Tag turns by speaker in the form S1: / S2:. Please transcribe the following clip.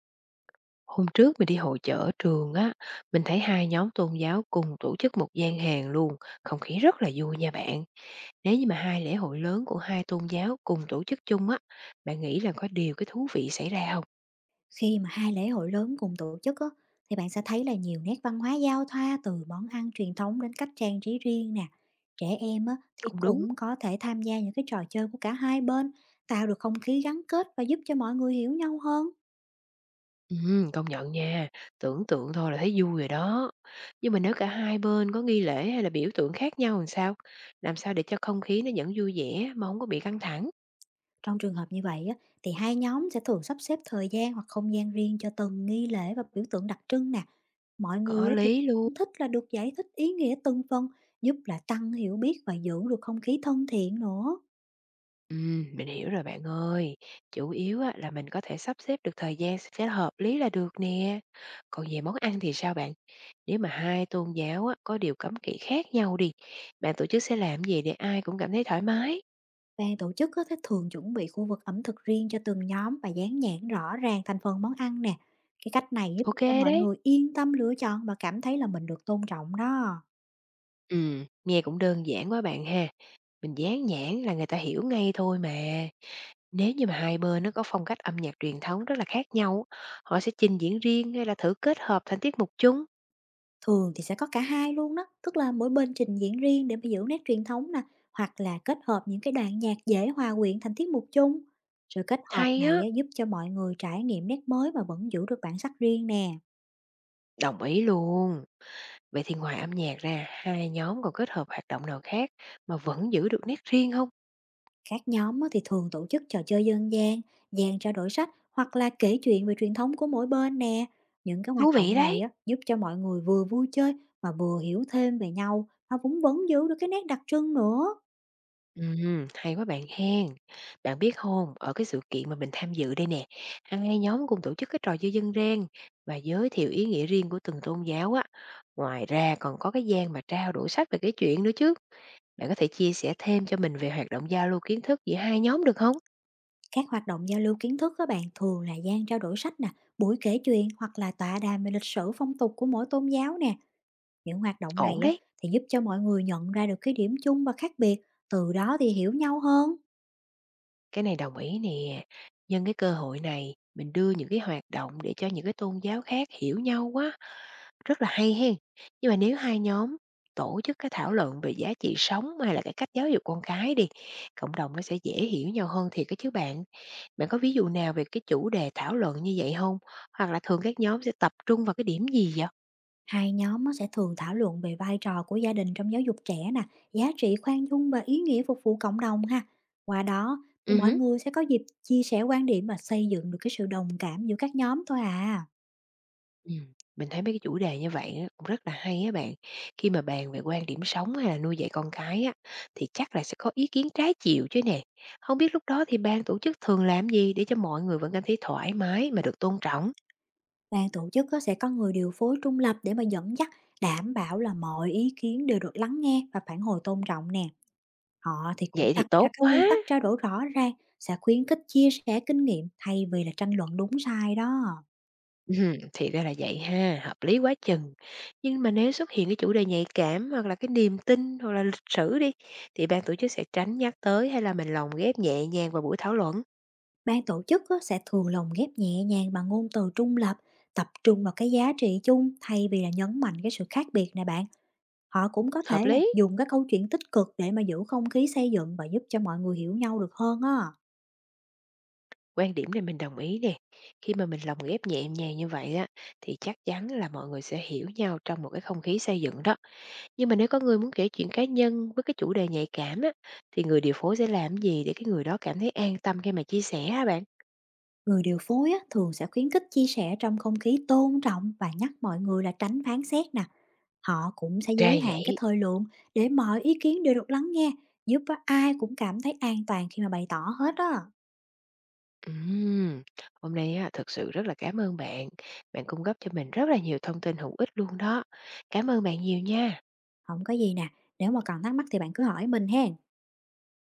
S1: Hôm trước mình đi hội chợ ở trường á, mình thấy hai nhóm tôn giáo cùng tổ chức một gian hàng luôn, không khí rất là vui nha bạn. Nếu như mà hai lễ hội lớn của hai tôn giáo cùng tổ chức chung á, bạn nghĩ là có điều cái thú vị xảy ra không?
S2: Khi mà hai lễ hội lớn cùng tổ chức á, thì bạn sẽ thấy là nhiều nét văn hóa giao thoa từ món ăn truyền thống đến cách trang trí riêng nè. Trẻ em á, thì
S1: Cũng đúng.
S2: cũng có thể tham gia những cái trò chơi của cả hai bên, tạo được không khí gắn kết và giúp cho mọi người hiểu nhau hơn.
S1: Ừ, công nhận nha, tưởng tượng thôi là thấy vui rồi đó. Nhưng mà nếu cả hai bên có nghi lễ hay là biểu tượng khác nhau làm sao? Làm sao để cho không khí nó vẫn vui vẻ mà không có bị căng thẳng?
S2: Trong trường hợp như vậy á, thì hai nhóm sẽ thường sắp xếp thời gian hoặc không gian riêng cho từng nghi lễ và biểu tượng đặc trưng nè. Mọi người
S1: Có
S2: á, thì
S1: lý.
S2: cũng thích là được giải thích ý nghĩa từng phần, giúp là tăng hiểu biết và giữ được không khí thân thiện nữa.
S1: Mình hiểu rồi bạn ơi. Chủ yếu á, là mình có thể sắp xếp được thời gian sẽ hợp lý là được nè. Còn về món ăn thì sao bạn? Nếu mà hai tôn giáo á, có điều cấm kỵ khác nhau đi, bạn tổ chức sẽ làm gì để ai cũng cảm thấy thoải mái?
S2: Ban tổ chức á, thì thường chuẩn bị khu vực ẩm thực riêng cho từng nhóm và dán nhãn rõ ràng thành phần món ăn nè. Cái cách này giúp
S1: Ok
S2: cho mọi
S1: đấy.
S2: người yên tâm lựa chọn và cảm thấy là mình được tôn trọng đó.
S1: Nghe cũng đơn giản quá bạn ha. Mình dán nhãn là người ta hiểu ngay thôi mà. Nếu như mà hai bên nó có phong cách âm nhạc truyền thống rất là khác nhau, họ sẽ trình diễn riêng hay là thử kết hợp thành tiết mục chung.
S2: Thường thì sẽ có cả hai luôn đó, tức là mỗi bên trình diễn riêng để mà giữ nét truyền thống nè, hoặc là kết hợp những cái đoạn nhạc dễ hòa quyện thành tiết mục chung. Sự kết hợp
S1: Hay
S2: này
S1: á,
S2: á, giúp cho mọi người trải nghiệm nét mới mà vẫn giữ được bản sắc riêng nè.
S1: đồng ý luôn. Vậy thì ngoài âm nhạc ra, hai nhóm còn kết hợp hoạt động nào khác mà vẫn giữ được nét riêng không?
S2: Các nhóm á, thì thường tổ chức trò chơi dân gian, dàn trao đổi sách hoặc là kể chuyện về truyền thống của mỗi bên nè. Những cái hoạt
S1: Thú vị
S2: động này
S1: đấy!
S2: á, giúp cho mọi người vừa vui chơi mà vừa hiểu thêm về nhau, mà cũng vẫn giữ được cái nét đặc trưng nữa.
S1: Hay quá bạn hen. Bạn biết hông, ở cái sự kiện mà mình tham dự đây nè, hai nhóm cùng tổ chức cái trò chơi dân gian và giới thiệu ý nghĩa riêng của từng tôn giáo á. Ngoài ra còn có cái gian mà trao đổi sách về cái chuyện nữa chứ. Bạn có thể chia sẻ thêm cho mình về hoạt động giao lưu kiến thức giữa hai nhóm được không?
S2: Các hoạt động giao lưu kiến thức các bạn thường là gian trao đổi sách nè, buổi kể chuyện hoặc là tọa đàm về lịch sử phong tục của mỗi tôn giáo nè. Những hoạt động
S1: Ổn
S2: này á,
S1: đấy.
S2: thì giúp cho mọi người nhận ra được cái điểm chung và khác biệt, từ đó thì hiểu nhau hơn.
S1: Cái này đồng ý nè, nhân cái cơ hội này mình đưa những cái hoạt động để cho những cái tôn giáo khác hiểu nhau quá, rất là hay hen. Nhưng mà nếu hai nhóm tổ chức cái thảo luận về giá trị sống hay là cái cách giáo dục con cái đi, cộng đồng nó sẽ dễ hiểu nhau hơn thiệt cái chứ bạn. Bạn có ví dụ nào về cái chủ đề thảo luận như vậy không? Hoặc là thường các nhóm sẽ tập trung vào cái điểm gì vậy?
S2: Hai nhóm á, sẽ thường thảo luận về vai trò của gia đình trong giáo dục trẻ nè, giá trị khoan dung và ý nghĩa phục vụ cộng đồng ha. Qua đó thì mọi
S1: Ừm.
S2: người sẽ có dịp chia sẻ quan điểm và xây dựng được cái sự đồng cảm giữa các nhóm thôi à.
S1: Ừm, mình thấy mấy cái chủ đề như vậy á, cũng rất là hay á bạn. Khi mà bàn về quan điểm sống hay là nuôi dạy con cái á, thì chắc là sẽ có ý kiến trái chiều chứ nè. Không biết lúc đó thì ban tổ chức thường làm gì để cho mọi người vẫn cảm thấy thoải mái mà được tôn trọng?
S2: Ban tổ chức á, sẽ có người điều phối trung lập để mà dẫn dắt, đảm bảo là mọi ý kiến đều được lắng nghe và phản hồi tôn trọng nè. Họ thì cũng
S1: Vậy thì
S2: đặt
S1: tốt
S2: ra các
S1: quá.
S2: quy tắc trao đổi rõ ràng, sẽ khuyến khích chia sẻ kinh nghiệm thay vì là tranh luận đúng sai đó.
S1: Thì ra là vậy ha, hợp lý quá chừng. Nhưng mà nếu xuất hiện cái chủ đề nhạy cảm hoặc là cái niềm tin hoặc là lịch sử đi, thì ban tổ chức sẽ tránh nhắc tới hay là mình lồng ghép nhẹ nhàng vào buổi thảo luận?
S2: Ban tổ chức á, sẽ thường lồng ghép nhẹ nhàng bằng ngôn từ trung lập, tập trung vào cái giá trị chung thay vì là nhấn mạnh cái sự khác biệt này bạn. Họ cũng có
S1: Hợp
S2: thể là
S1: lý.
S2: dùng các câu chuyện tích cực để mà giữ không khí xây dựng và giúp cho mọi người hiểu nhau được hơn á.
S1: Quan điểm này mình đồng ý nè. Khi mà mình lồng ghép nhẹ nhàng như vậy á, thì chắc chắn là mọi người sẽ hiểu nhau trong một cái không khí xây dựng đó. Nhưng mà nếu có người muốn kể chuyện cá nhân với cái chủ đề nhạy cảm á, thì người điều phối sẽ làm gì để cái người đó cảm thấy an tâm khi mà chia sẻ hả bạn?
S2: Người điều phối á, thường sẽ khuyến khích chia sẻ trong không khí tôn trọng và nhắc mọi người là tránh phán xét nè. Họ cũng sẽ
S1: Ra
S2: giới hạn cái
S1: vậy.
S2: thời lượng để mọi ý kiến đều được lắng nghe, giúp á, ai cũng cảm thấy an toàn khi mà bày tỏ hết á.
S1: Ừm, hôm nay á, thực sự rất là cảm ơn bạn. Bạn cung cấp cho mình rất là nhiều thông tin hữu ích luôn đó. Cảm ơn bạn nhiều nha.
S2: Không có gì nè, nếu mà còn thắc mắc thì bạn cứ hỏi mình ha.